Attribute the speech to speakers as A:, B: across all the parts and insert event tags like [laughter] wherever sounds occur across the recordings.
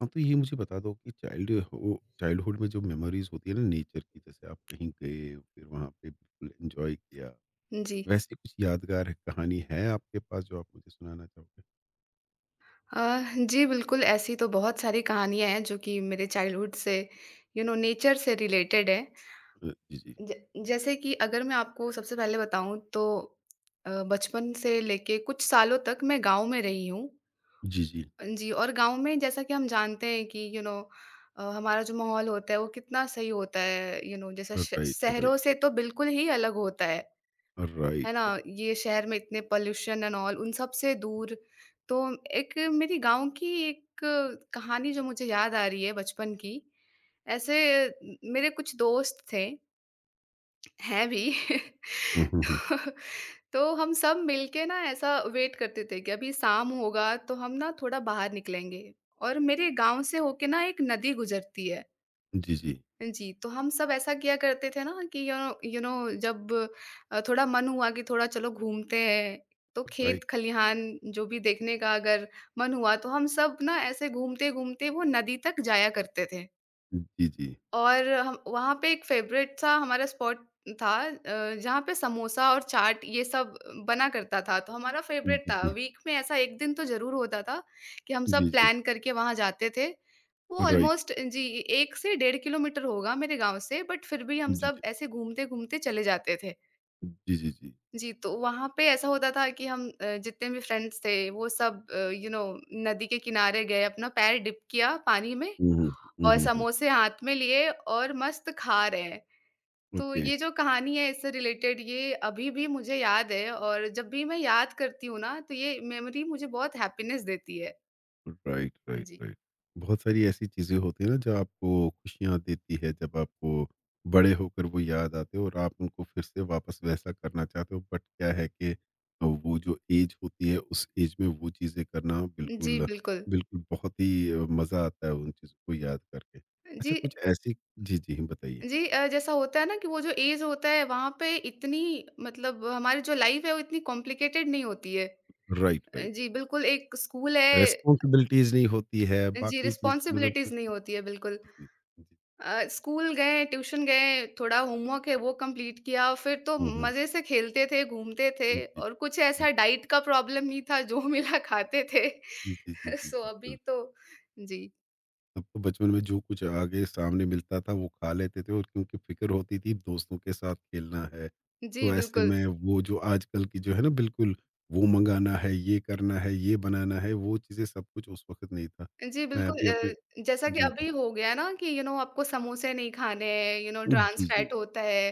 A: हाँ, तो ये मुझे बता दो कि चाइल्डहुड में जो मेमोरीज़ होती है ना नेचर की, जैसे आप कहीं गए, फिर वहाँ पे बिल्कुल एन्जॉय किया,
B: जी।
A: वैसी कुछ यादगार कहानी है आपके पास जो आप मुझे सुनाना चाहोगे?
B: अ, जी, बिल्कुल ऐसी तो बहुत सारी कहानियाँ हैं जो कि मेरे चाइल्डहुड से नेचर से रिलेटेड है।
A: जी, जी।
B: ज जैसे कि अगर मैं आपको सबसे पहले बताऊँ तो बचपन से लेके कुछ सालों तक मैं गाँव में रही हूँ।
A: जी, जी।
B: जी, और गाँव में जैसा कि हम जानते हैं कि हमारा जो माहौल होता है वो कितना सही होता है, जैसे श
A: राइट, राइट,
B: शहरों से तो बिल्कुल ही अलग होता है। है
A: राइट, राइट।
B: ना? ये शहर में इतने पॉल्यूशन एंड ऑल उन सब से दूर। तो एक मेरी गाँव की एक कहानी जो मुझे याद आ रही है बचपन की। ऐसे म मेरे कुछ दोस्त थे, हैं भी।
A: हुँ, हुँ, हुँ।
B: [laughs] तो तो हम सब मिलके ना ऐसा वेट करते थे कि अभी शाम होगा तो हम ना थोड़ा बाहर निकलेंगे और मेरे गाँव से होके ना एक नदी गुज़रती है।
A: जी, जी।
B: जी, तो हम सब ऐसा किया करते थे ना कि जब थोड़ा मन हुआ कि थोड़ा चलो घूमते हैं, तो
A: राइट।
B: खेत खलिहान जो भी देखने का अगर मन हुआ तो हम सब ना ऐसे घूमते-घूमते वो नदी तक जाया करते थे।
A: जी, जी।
B: और हम वहाँ पे एक फ़ेवरेट सा हमारा स्पॉट था जहाँ पे समोसा और चाट ये सब बना करता था, तो हमारा फ़ेवरेट
A: जी,
B: था।
A: जी।
B: वीक में ऐसा 1 दिन तो ज़रूर होता था कि हम
A: जी,
B: सब
A: जी।
B: प्लान करके वहाँ जाते थे। वो
A: राइट।
B: ऑलमोस्ट जी, 1 से 1.5 किलोमीटर होगा मेरे गाँव से, बट फिर भी हम
A: जी,
B: सब
A: जी।
B: ऐसे घूमते-घूमते चले जाते थे।
A: जी, जी, जी।
B: जी, तो वहाँ पे ऐसा होता था कि हम जितने भी फ्रेंड्स थे, वो सब नदी के किनारे गए, अपना पैर डिप किया पानी में
A: हुँ, हुँ। हुँ,
B: और
A: हुँ, हुँ।
B: समोसे हाथ में लिए और मस्त खा रहे हैं। तो
A: ओके।
B: ये जो कहानी है इससे रिलेटेड ये अभी भी मुझे याद है और जब भी मैं याद करती हूँ ना तो ये मेमोरी मुझे बहुत हैप्पीनेस देती है।
A: राइट, राइट,
B: जी।
A: राइट। बहुत सारी ऐसी चीज़ें होती हैं ना जो आपको खुशियाँ देती है, जब आपको बड़े होकर वो याद आते हो और आप उनको फिर से वापस वैसा करना चाहते हो बट क्या है कि वो जो एज होती है उस एज में वो चीज़ें करना
B: जी,
A: बिल्कुल।
B: बिल्कुल।
A: बिल्कुल बहुत ही मज़ा आता है उन चीज़ों को याद करके। अच्छा
B: जी,
A: कुछ ऐसी जी, जी, बताइए।
B: जी, जैसा होता है ना कि वो जो ऐज होता है वहाँ पे इतनी मतलब हमारी जो लाइफ़ है वो इतनी कॉम्प्लिकेटेड नहीं होती है।
A: Right, right.
B: जी, बिल्कुल एक स्कूल है।
A: रिस्पॉन्सिबिलिटीज़ नहीं होती है,
B: जी,
A: बाकी चीज़ मतलब [laughs]
B: रिस्पॉन्सिबिलिटीज़ नहीं होती है बिल्कुल।
A: जी, जी, जी।
B: स्कूल गए, ट्यूशन गए, थोड़ा होमवर्क है वो कंप्लीट किया, फिर तो
A: हुँ, हुँ।
B: मज़े से खेलते थे, घूमते थे
A: जी, जी,
B: और कुछ ऐसा
A: जी,
B: डाइट का प्रॉब्लम नहीं था, जो [laughs] मिला खाते थे।
A: जी, जी, जी,
B: [laughs] सो अभी
A: बिल्कुल।
B: तो जी,
A: तब तो बचपन में जो कुछ आगे सामने मिलता था वो खा लेते थे और क्योंकि फिक्र होती थी दोस्तों के साथ खेलना है।
B: जी,
A: तो ऐसे
B: बिल्कुल।
A: में वो जो आजकल की जो है ना बिल्कुल वो मंगाना है, ये करना है, ये बनाना है, वो चीज़ें सब कुछ उस वक्त नहीं था।
B: जी,
A: मैं
B: बिल्कुल
A: अभी अपने
B: जैसा कि
A: जी जी
B: अभी हो गया है ना कि आपको समोसे नहीं खाने हैं, ट्रांस
A: जी जी
B: फैट होता है,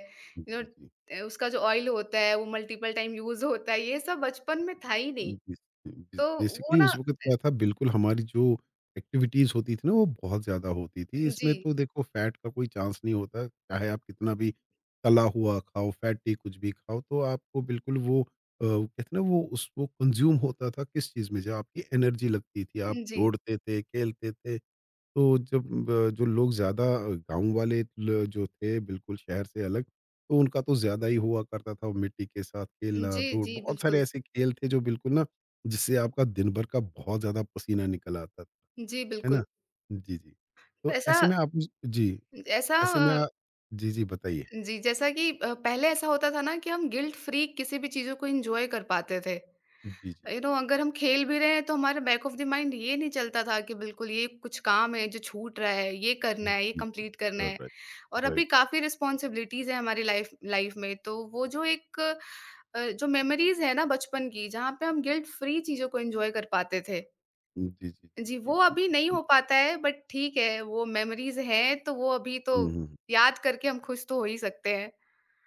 B: यू नो
A: जी जी
B: उसका जो ऑयल होता है वो मल्टीपल टाइम यूज़ होता है, ये सब बचपन में था ही नहीं।
A: बिस बिस
B: तो वो
A: बेसिकली
B: ना,
A: उस वक़्त क्या था बिल्कुल हमारी जो एक्टिविटीज़ होती थी ना वो बहुत ज़्यादा होती थी।
B: जी,
A: इसमें तो देखो फैट का कोई चांस नहीं होता, चाहे आप कितना भी तला हुआ खाओ, फैटी कुछ भी खाओ तो आपको बिल्कुल वो कहते हैं ना वो उस वो कंज़्यूम होता था किस चीज़ में? जब आपकी एनर्जी लगती थी, आप
B: जी।
A: दौड़ते थे, खेलते थे। तो जब जो लोग ज़्यादा गाँव वाले ल जो थे बिल्कुल शहर से अलग, तो उनका तो ज़्यादा ही हुआ करता था वो मिट्टी के साथ खेलना,
B: जी,
A: दौड़,
B: जी,
A: बहुत सारे
B: बिल्कुल।
A: ऐसे खेल थे जो बिल्कुल ना जिससे आपका दिन भर का बहुत ज़्यादा पसीना निकल आता था,
B: जी,
A: है ना?
B: बिल्कुल।
A: जी, जी। तो
B: ऐसा
A: ऐसे में आप जी,
B: ऐसा
A: ऐसे में आ
B: अ,
A: जी, जी, बताइए।
B: जी, जैसा कि पहले ऐसा होता था ना कि हम गिल्ट फ्री किसी भी चीज़ों को एन्जॉय कर पाते थे।
A: जी, जी।
B: अगर हम खेल भी रहे हैं तो हमारे बैक ऑफ द माइंड ये नहीं चलता था कि बिल्कुल ये कुछ काम है जो छूट रहा है, ये करना
A: हुँ,
B: है, ये
A: जी, जी।
B: कंप्लीट करना है।
A: राइट,
B: और अभी
A: राइट।
B: काफ़ी रिस्पॉन्सिबिलिटीज़ हैं हमारी लाइफ़ लाइफ़ में तो वो जो एक जो मेमोरीज़ है ना बचपन की जहाँ पे हम गिल्ट फ्री चीज़ों को एन्जॉय कर पाते थे।
A: जी, जी, जी,
B: जी,
A: जी,
B: वो अभी
A: बिल्कुल,
B: नहीं
A: जी।
B: हो पाता है बट ठीक है, वो मेमोरीज़ हैं तो वो अभी तो
A: हुँ, हुँ।
B: याद करके हम खुश तो हो ही सकते हैं।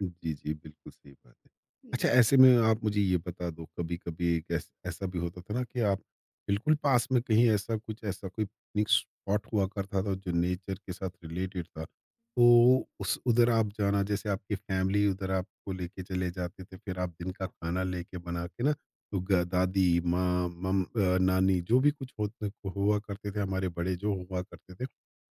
A: जी, जी, बिल्कुल सही बात है। अच्छा
B: जी,
A: ऐसे में आप मुझे ये बता दो, कभी-कभी एक ऐस ऐसा भी होता था ना कि आप बिल्कुल पास में कहीं ऐसा कुछ, ऐसा कोई पिकनिक स्पॉट हुआ करता था जो नेचर के साथ रिलेटेड था, तो उस उधर आप जाना जैसे आपकी फैमिली उधर आपको लेके चले जाते थे फिर आप दिन का खाना लेके बना के ना तो ग दादी, माँ, नानी जो भी कुछ होत हुआ करते थे हमारे बड़े जो हुआ करते थे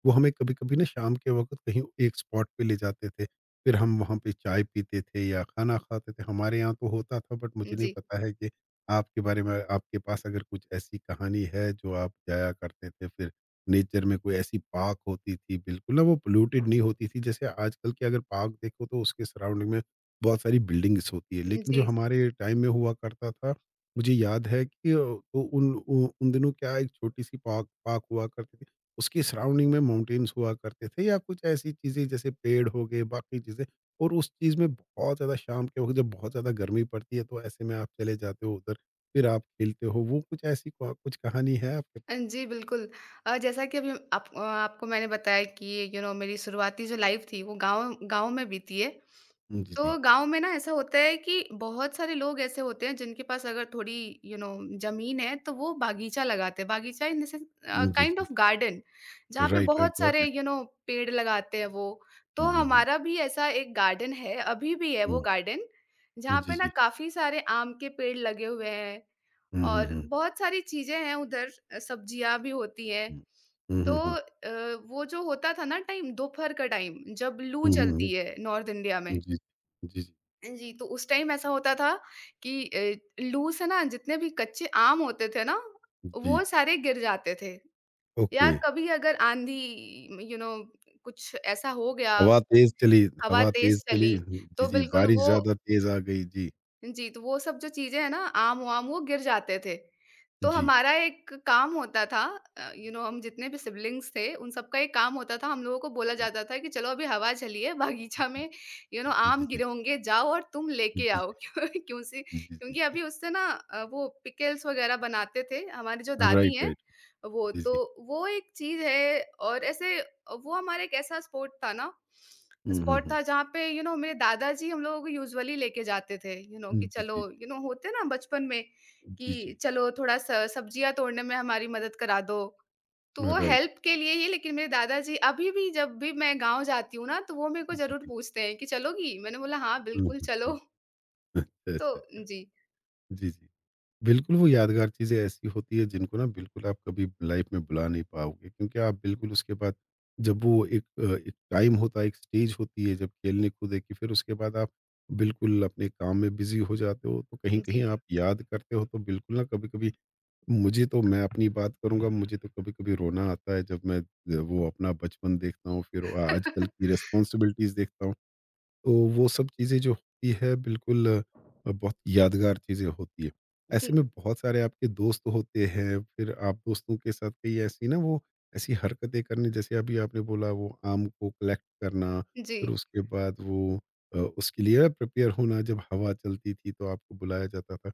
A: वो हमें कभी-कभी ना शाम के वक़्त कहीं एक स्पॉट पे ले जाते थे। फिर हम वहाँ पे चाय पीते थे या खाना खाते थे। हमारे यहाँ तो होता था बट मुझे नहीं
B: जी,
A: पता है कि आपके बारे में आपके पास अगर कुछ ऐसी कहानी है जो आप जाया करते थे फिर नेचर में कोई ऐसी पार्क होती थी बिल्कुल ना वो पोल्यूटेड नहीं होती थी। जैसे आजकल की अगर पार्क देखो तो उसके सराउंडिंग में बहुत सारी बिल्डिंग्स होती है। लेकिन जो
B: जी।
A: हमारे टाइम में हुआ करता था मुझे याद है कि तो उन उ उन दिनों क्या एक छोटी-सी पार्क पार्क हुआ करती थी। उसकी सराउंडिंग में माउंटेन्स हुआ करते थे या कुछ ऐसी चीज़ें जैसे पेड़ हो गए बाकी चीज़ें और उस चीज़ में बहुत ज़्यादा शाम के वक़्त जब बहुत ज़्यादा गर्मी पड़ती है तो ऐसे में आप चले जाते हो उधर, फिर आप खेलते हो। वो कुछ ऐसी क कुछ कहानी है आपके
B: जी, बिल्कुल। जैसा कि अभी आप आपको मैंने बताया कि मेरी शुरुआती जो लाइफ़ थी वो गाँव गाँव में बीती है।
A: हुँ, जी,
B: तो
A: जी।
B: गाँव में ना ऐसा होता है कि बहुत सारे लोग ऐसे होते हैं जिनके पास अगर थोड़ी यू नो ज़मीन है तो वो बागीचा लगाते हैं। बागीचा इन द सेंस
A: हुँ, जी,
B: काइंड
A: जी।
B: ऑफ गार्डन जहाँ पे
A: राइट, राइट,
B: बहुत
A: गॉट
B: सारे
A: इट।
B: पेड़ लगाते हैं वो। तो
A: हुँ, हुँ,
B: हमारा भी ऐसा एक गार्डन है, अभी भी है वो
A: हुँ,
B: गार्डन,
A: हुँ,
B: जहाँ
A: जी,
B: पे ना
A: जी।
B: काफ़ी सारे आम के पेड़ लगे हुए हैं
A: हुँ, हुँ,
B: और
A: हुँ,
B: बहुत सारी चीज़ें हैं उधर, सब्जियाँ भी होती हैं।
A: हुँ। हुँ,
B: तो
A: हुँ, हुँ।
B: वो जो होता था ना टाइम, दोपहर का टाइम जब लू
A: हुँ, हुँ, हुँ।
B: चलती है नॉर्थ इंडिया
A: जी,
B: में।
A: जी, जी,
B: जी, तो उस टाइम ऐसा होता था कि लूज़ है ना, जितने भी कच्चे आम होते थे ना,
A: जी।
B: वो सारे गिर जाते थे या
A: ओके,
B: कभी अगर आँधी म कुछ ऐसा हो गया,
A: हवा तेज़ चली,
B: हवा
A: हवा
B: तेज़
A: तेज़ चली,
B: चली,
A: जी,
B: तो
A: जी,
B: बिल्कुल
A: बारिश
B: वो,
A: ज़्यादा तेज़ आ गई। जी,
B: जी, तो वो सब जो चीज़ें हैं ना, आम-वाम वो गिर जाते थे। तो
A: जी।
B: हमारा एक काम होता था, हम जितने भी सिब्लिंग्स थे, उन सबका एक काम होता था, हम लोगों को बोला जाता था कि चलो अभी हवा चली है, बागीचा में
A: जी,
B: आम गिरे
A: जी।
B: होंगे, जाओ और तुम
A: जी,
B: लेके आओ।
A: जी।
B: [laughs] क्यों क्यों सी
A: जी, जी,
B: क्योंकि
A: जी।
B: अभी उससे ना वो पिकल्स वगैरह बनाते थे, हमारी जो दादी
A: राइट,
B: हैं
A: राइट।
B: वो,
A: जी, जी।
B: तो वो एक चीज़ है। और ऐसे वो हमारा एक ऐसा स्पोर्ट था ना
A: हुँ, हुँ,
B: स्पॉट
A: हुँ।
B: था जहाँ पे यू you नो know, मेरे दादाजी हम लोगों को यूजुअली लेके जाते थे, यू you नो know, कि
A: जी,
B: चलो
A: जी,
B: यू you नो know, होते ना बचपन में
A: जी, जी।
B: कि चलो थोड़ा सा सब्जियां तोड़ने में हमारी मदद करा दो। तो वो
A: राइट।
B: हेल्प के लिए ही, लेकिन मेरे दादाजी अभी भी जब भी मैं गांव जाती हूँ ना तो वो मेरे को
A: जी,
B: जरूर
A: जी।
B: पूछते हैं कि चलोगी। मैंने बोला हाँ,
A: हुँ,
B: बिल्कुल
A: हुँ, हुँ।
B: चलो।
A: अच्छा,
B: तो
A: अच्छा, अच्छा।
B: जी,
A: जी, जी। बिल्कुल वो यादगार चीज़ें ऐसी होती है जिनको ना बिल्कुल आप कभी लाइफ़ में भुला नहीं पाओगे क्योंकि आप बिल्कुल उसके बाद जब वो एक एक टाइम होता है, एक स्टेज होती है जब खेलने-कूदे की फिर उसके बाद आप बिल्कुल अपने काम में बिज़ी हो जाते हो, तो कहीं-कहीं
B: जी,
A: आप याद करते हो तो बिल्कुल ना कभी-कभी मुझे तो, मैं अपनी बात करूँगा, मुझे तो कभी-कभी रोना आता है जब मैं वो अपना बचपन देखता हूँ, फिर आ आजकल की रिस्पॉन्सिबिलिटीज़ देखता हूँ। तो वो सब चीज़ें जो होती है बिल्कुल बहुत यादगार चीज़ें होती है।
B: जी,
A: ऐसे में बहुत सारे आपके दोस्त होते हैं, फिर आप दोस्तों के साथ कई ऐसी ना वो ऐसी हरकतें करनी जैसे अभी आपने बोला वो आम को कलेक्ट करना,
B: जी,
A: फिर उसके बाद वो उसके लिए प्रिपेयर होना जब हवा चलती थी तो आपको बुलाया जाता था।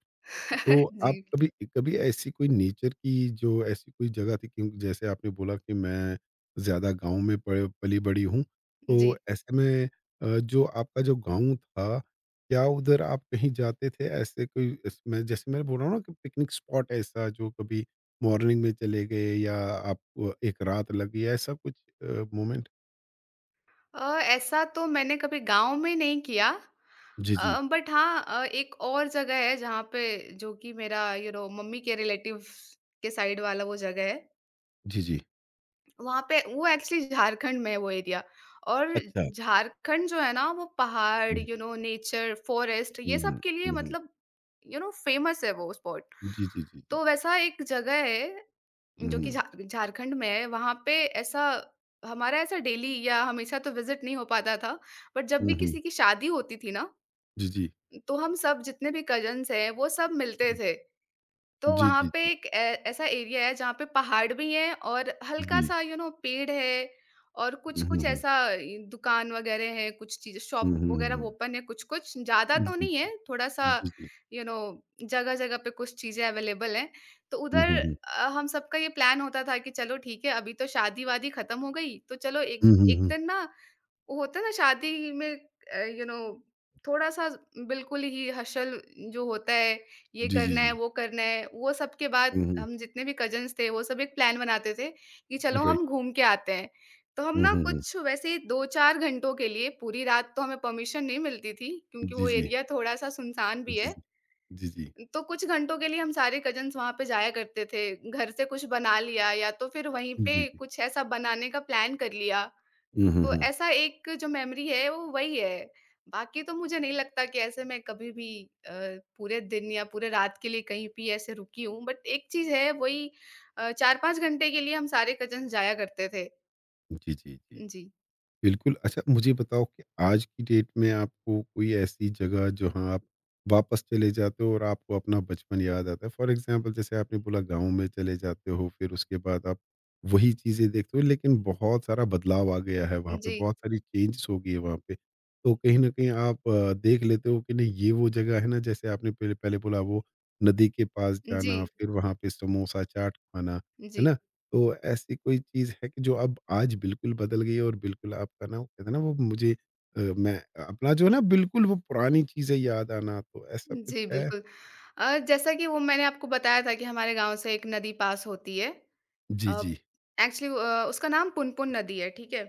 A: तो आप
B: जी,
A: कभी कभी ऐसी कोई नेचर की जो ऐसी कोई जगह थी क्योंकि जैसे आपने बोला कि मैं ज़्यादा गाँव में पल पली-बड़ी हूँ, तो
B: जी,
A: ऐसे में जो आपका जो गाँव था, क्या उधर आप कहीं जाते थे? ऐसे कोई इसमें जैसे मैं बोल रहा हूँ ना कि पिकनिक स्पॉट ऐसा जो कभी मॉर्निंग में चले गए या आपको एक रात लगी, ऐसा कुछ मोमेंट?
B: ऐसा तो मैंने कभी गाँव में नहीं किया।
A: जी, जी।
B: बट हाँ, एक और जगह है जहाँ पे, जो कि मेरा मम्मी के रिलेटिव्स के साइड वाला वो जगह है,
A: जी, जी।
B: वहाँ पे वो एक्चुअली झारखंड में है वो एरिया। और
A: अच्छा।
B: झारखंड जो है ना वो पहाड़,
A: हुँ,
B: नेचर, फॉरेस्ट, ये
A: हुँ,
B: सब
A: हुँ,
B: के लिए
A: हुँ, हुँ।
B: मतलब फेमस है वो स्पॉट।
A: जी, जी, जी, जी।
B: तो वैसा एक जगह है
A: हुँ,
B: जो कि
A: हुँ।
B: झारखंड में है। वहां पे ऐसा, हमारा ऐसा डेली या हमेशा तो विजिट नहीं हो पाता था, बट जब
A: हुँ,
B: भी
A: हुँ।
B: किसी की शादी होती थी ना
A: जी, जी।
B: तो हम सब जितने भी कजन्स हैं वो सब मिलते
A: जी,
B: थे। तो
A: जी,
B: वहाँ
A: जी।
B: पे एक ऐ ऐसा एरिया है जहाँ पे पहाड़ भी हैं और
A: D.
B: हल्का-सा पेड़ है, और
A: Hm
B: कुछ-कुछ
A: hm
B: ऐसा इ दुकान वगैरह है, कुछ चीज़, शॉप
A: hm hm
B: वगैरह
A: hm.
B: ओपन है कुछ-कुछ, ज़्यादा तो नहीं है, थोड़ा-सा
A: D. D.
B: यू नो जगह-जगह पे कुछ चीज़ें अवेलेबल हैं। तो
A: Hm
B: उधर
A: hm
B: हम सबका ये प्लान होता था कि चलो ठीक है, अभी तो शादी-वादी खत्म हो गई, तो चलो एक
A: hm hm
B: एक
A: hm.
B: दिन ना, वो होता है ना शादी में यू नो थोड़ा-सा बिल्कुल ही हशल जो होता है, ये
A: D d d.
B: करना है, वो सब के बाद
A: Hm.
B: हम जितने भी कज़िन्स थे, वो सब एक प्लान बनाते थे कि चलो
A: Right.
B: हम घूम के आते हैं। तो हम
A: Hm
B: ना
A: hm hm.
B: कुछ वैसे ही 2-4 घंटों के लिए, पूरी रात तो हमें परमिशन नहीं मिलती थी
A: D
B: क्योंकि वो
A: d
B: एरिया थोड़ा-सा सुनसान भी
A: d
B: है।
A: d d
B: तो कुछ घंटों के लिए हम सारे कज़िन्स वहाँ पे जाया करते थे। घर से कुछ बना लिया या तो फिर वहीं
A: d d
B: पे
A: d.
B: कुछ ऐसा बनाने का प्लान कर लिया।
A: Hm hm
B: तो
A: hm.
B: ऐसा एक जो मेमोरी है वो वही है। बाकी तो मुझे नहीं लगता कि ऐसे मैं कभी भी अ, पूरे दिन या पूरे रात के लिए कहीं भी ऐसे रुकी हूँ। बट एक चीज़ है वही, 4-5 घंटे के लिए हम सारे कज़न्स जाया करते थे।
A: D d d.
B: जी,
A: बिल्कुल। अच्छा मुझे बताओ कि आज की डेट में आपको कोई ऐसी जगह जहाँ आप वापस चले जाते हो और आपको अपना बचपन याद आता है? फॉर एग्ज़ाम्पल जैसे आपने बोला गाँव में चले जाते हो, फिर उसके बाद आप वही चीज़ें देखते हो लेकिन बहुत सारा बदलाव आ गया है वहाँ पे,
B: जी,
A: बहुत सारी चेंजेज़ हो गई है वहाँ पे। तो कहीं न कहीं आप देख लेते हो कि नहीं ये वो जगह है ना जैसे आपने पहले पहले बोला वो नदी के पास
B: जी,
A: जाना, फिर वहाँ पे समोसा चाट खाना, है
B: जी,
A: ना? तो ऐसी कोई चीज़ है कि जो अब आज बिल्कुल बदल गई है और बिल्कुल आपका ना वो कहते हैं ना वो मुझे मैं अपना जो है ना बिल्कुल वो पुरानी चीज़ें याद आना, तो ऐसा कुछ
B: जी,
A: है?
B: बिल्कुल। जैसा कि वो मैंने आपको बताया था कि हमारे गाँव से एक नदी पास होती है।
A: जी,
B: अ,
A: जी।
B: एक्चुअली उसका नाम पुनपुन नदी है, ठीक है?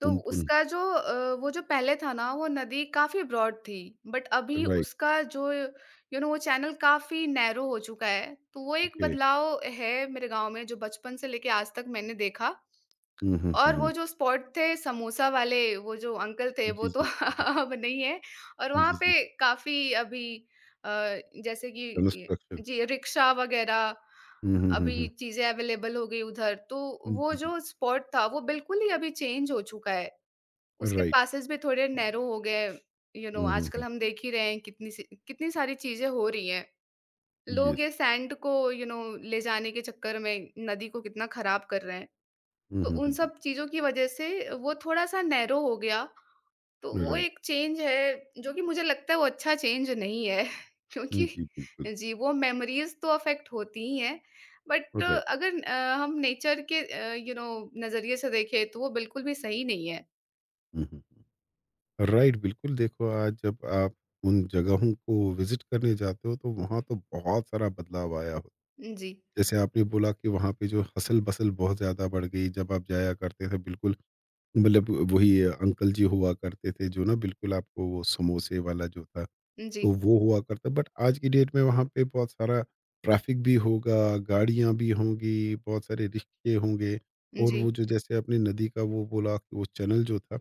B: तो
A: उन-पुन,
B: उसका जो वो जो पहले था ना, वो नदी काफ़ी ब्रॉड थी, बट अभी
A: राइट,
B: उसका जो वो चैनल काफ़ी नैरो हो चुका है, तो वो एक
A: ओके।
B: बदलाव है मेरे गाँव में, जो बचपन से लेके आज तक मैंने देखा।
A: हुँ, हुँ, हुँ,
B: और वो
A: हुँ।
B: जो स्पॉट थे समोसा वाले, वो जो अंकल थे,
A: जी,
B: वो तो
A: जी, जी।
B: [laughs] अब नहीं है। और वहाँ
A: जी, जी।
B: पे काफ़ी अभी अ, जैसे कि ये,
A: कंस्ट्रक्शन।
B: जी, रिक्शा वगैरह
A: हुँ, हुँ, हुँ,
B: अभी
A: हुँ।
B: चीज़ें अवेलेबल हो गई उधर, तो
A: जी,
B: वो
A: जी, जी।
B: जो स्पॉट था, वो बिल्कुल ही अभी चेंज हो चुका है। उसके
A: राइट।
B: पासेस भी थोड़े नैरो हो गए,
A: हुँ, हुँ,
B: आजकल
A: हुँ।
B: हम देख ही रहे हैं कितनी सी कितनी सारी चीज़ें हो रही हैं। लोग
A: येस।
B: ये सैंड को ले जाने के चक्कर में नदी को कितना खराब कर रहे हैं।
A: हुँ,
B: तो
A: हुँ,
B: उन
A: हुँ, हुँ।
B: सब चीज़ों की वज़ह से वो थोड़ा-सा नैरो हो गया, तो वो
A: राइट।
B: एक चेंज है, जो कि मुझे लगता है वो अच्छा चेंज नहीं है [laughs] क्योंकि,
A: जी, बिल्कुल,
B: जी, वो मेमोरीज़ तो अफ़ेक्ट होती ही हैं, बट
A: राइट।
B: अगर हम नेचर के नज़रिए से देखें तो वो बिल्कुल भी सही नहीं है।
A: हुँ, हुँ, हुँ। राइट, बिल्कुल देखो आज जब आप उन जगहों को विज़िट करने जाते हो तो वहाँ तो बहुत सारा बदलाव आया हो।
B: जी,
A: जैसे आपने बोला कि वहाँ पे जो हसल-बसल बहुत ज़्यादा बढ़ गई जब आप जाया करते थे बिल्कुल मतलब वही अंकल जी हुआ करते थे जो ना बिल्कुल आपको वो समोसे वाला जो था
B: जी,
A: तो वो हुआ करता बट आज की डेट में वहाँ पे बहुत सारा ट्रैफिक भी होगा, गाड़ियाँ भी होंगी, बहुत सारे रिक्शे होंगे और वो
B: जी,
A: जो जैसे आपने नदी का वो बोला कि वो चैनल जो था,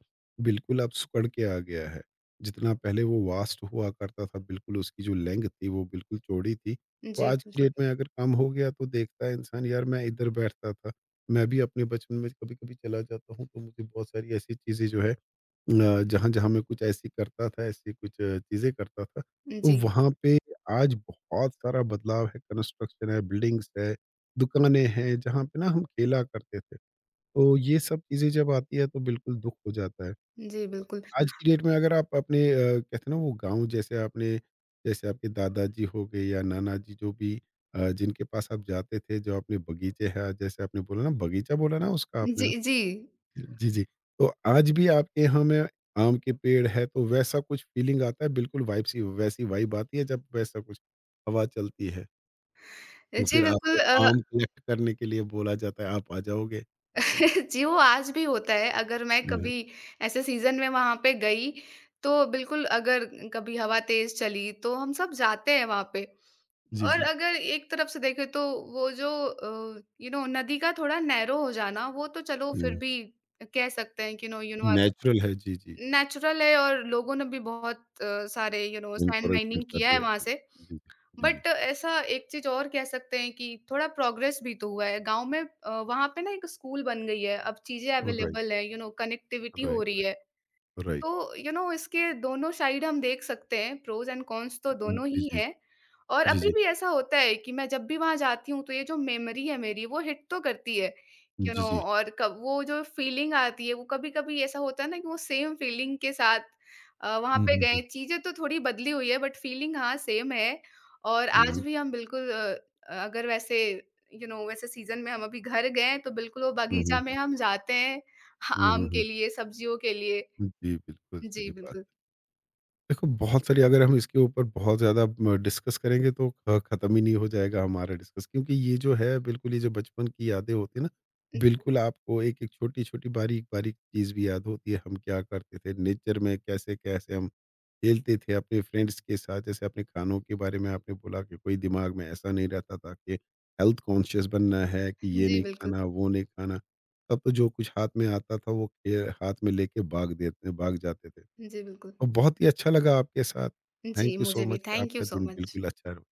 A: बिल्कुल अब सिकुड़ के आ गया है। जितना पहले वो वास्ट हुआ करता था, बिल्कुल उसकी जो लेंथ थी, वो बिल्कुल चौड़ी थी। तो
B: जी,
A: आज की
B: बिल्कुल।
A: डेट में अगर काम हो गया तो देखता है इंसान यार मैं इधर बैठता था। मैं भी अपने बचपन में कभी-कभी चला जाता हूँ, तो मुझे बहुत सारी ऐसी चीज़ें जो है जहाँ-जहाँ मैं कुछ ऐसी करता था, ऐसी कुछ चीज़ें करता था, तो
B: जी,
A: वहाँ पे आज बहुत सारा बदलाव है, कंस्ट्रक्शन है, बिल्डिंग्स है, दुकानें हैं, जहाँ पे ना हम खेला करते थे। तो ये सब चीज़ें जब आती है तो बिल्कुल दुःख हो जाता है।
B: जी, बिल्कुल।
A: आज की डेट में अगर आप अपने कहते हैं ना वो गाँव, जैसे आपके दादाजी हो गए या नाना जी जो भी जिनके पास आप जाते थे, जो अपने बगीचे हैं, जैसे आपने बोला ना बगीचा बोला ना उसका आपने?
B: जी, जी।
A: जी, जी। तो आज भी आपके यहाँ में आम के पेड़ है तो वैसा कुछ फ़ीलिंग आता है बिल्कुल वाइब सी, वैसी वाइब आती है जब वैसा कुछ हवा चलती है। तो
B: जी,
A: फिर
B: बिल्कुल
A: आपको आम कलेक्ट करने के लिए बोला जाता है, आप आ जाओगे? जी।
B: [laughs] जी, वो आज भी होता है, अगर मैं
A: हुँ,
B: कभी ऐसे सीज़न में वहाँ पे गई, तो बिल्कुल अगर कभी हवा तेज़ चली, तो हम सब जाते हैं वहाँ पे।
A: जी,
B: और
A: जी।
B: अगर एक तरफ से देखें तो वो जो नदी का थोड़ा नैरो हो जाना वो तो चलो फिर
A: हुँ,
B: भी कह सकते हैं कि नो यू नो
A: नेचुरल है। जी, जी, जी।
B: नेचुरल है, और लोगों ने भी बहुत सारे सैंड
A: एनकरेजमेंट
B: माइनिंग
A: कर
B: किया है
A: दिया।
B: वहां
A: जी,
B: से,
A: जी, जी, जी।
B: बट ऐसा एक चीज और कह सकते हैं कि थोड़ा प्रोग्रेस भी तो हुआ है गांव में। वहां पे ना एक स्कूल बन गई है, अब चीजें
A: राइट,
B: अवेलेबल है, कनेक्टिविटी हो
A: राइट,
B: रही है।
A: Right, right.
B: तो इसके दोनों साइड हम देख सकते हैं, प्रोज़ एंड कॉन्स तो
A: हुँ,
B: दोनों
A: जी,
B: ही
A: जी,
B: हैं। और
A: जी,
B: अभी
A: जी,
B: भी ऐसा होता है कि मैं जब भी वहाँ जाती हूँ, तो ये जो मेमोरी है मेरी वो हिट तो करती है, यू
A: जी,
B: नो
A: जी।
B: और कब वो जो फीलिंग आती है, वो कभी-कभी ऐसा होता है ना कि वो सेम फीलिंग के साथ वहाँ
A: हुँ,
B: पे
A: हुँ, हुँ।
B: गए, चीज़ें तो थोड़ी बदली हुई है बट फीलिंग हाँ सेम है। और आज
A: हुँ,
B: भी हम बिल्कुल अगर वैसे यू नो वैसे सीज़न में हम अभी घर गए हैं, तो बिल्कुल वो
A: हुँ,
B: बगीचा
A: हुँ,
B: में
A: हुँ,
B: हम जाते हैं, ह
A: हुँ, हुँ,
B: आम के
A: हुँ,
B: लिए, सब्जियों के लिए।
A: हुँ। जी, बिल्कुल
B: जी,
A: सही बात।
B: बिल्कुल।
A: देखो, बहुत सारी अगर हम इसके ऊपर बहुत ज़्यादा म डिस्कस करेंगे तो ख़त्म ही नहीं हो जाएगा हमारा डिस्कस क्योंकि ये जो है बिल्कुल ये जो बचपन की यादें होती हैं ना,
B: जी,
A: बिल्कुल आपको एक-एक छोटी-छोटी, बारीक-बारीक चीज़ भी याद होती है। हम क्या करते थे नेचर में, कैसे-कैसे हम खेलते थे अपने फ्रेंड्स के साथ। जैसे अपने खानों के बारे में आपने बोला कि कोई दिमाग में ऐसा नहीं रहता था कि हेल्थ कॉन्शियस बनना है कि ये
B: जी,
A: नहीं
B: बिल्कुल।
A: खाना, वो नहीं खाना। तब तो जो कुछ हाथ में आता था वो हाथ में लेके भाग जाते थे।
B: जी, बिल्कुल।
A: और बहुत ही अच्छा लगा आपके साथ। थैंक
B: जी,
A: यू सो
B: मुझे भी
A: मच कि
B: थैंक यू
A: आपका
B: सो
A: दिन
B: मच।
A: बिल्कुल अच्छा रहो।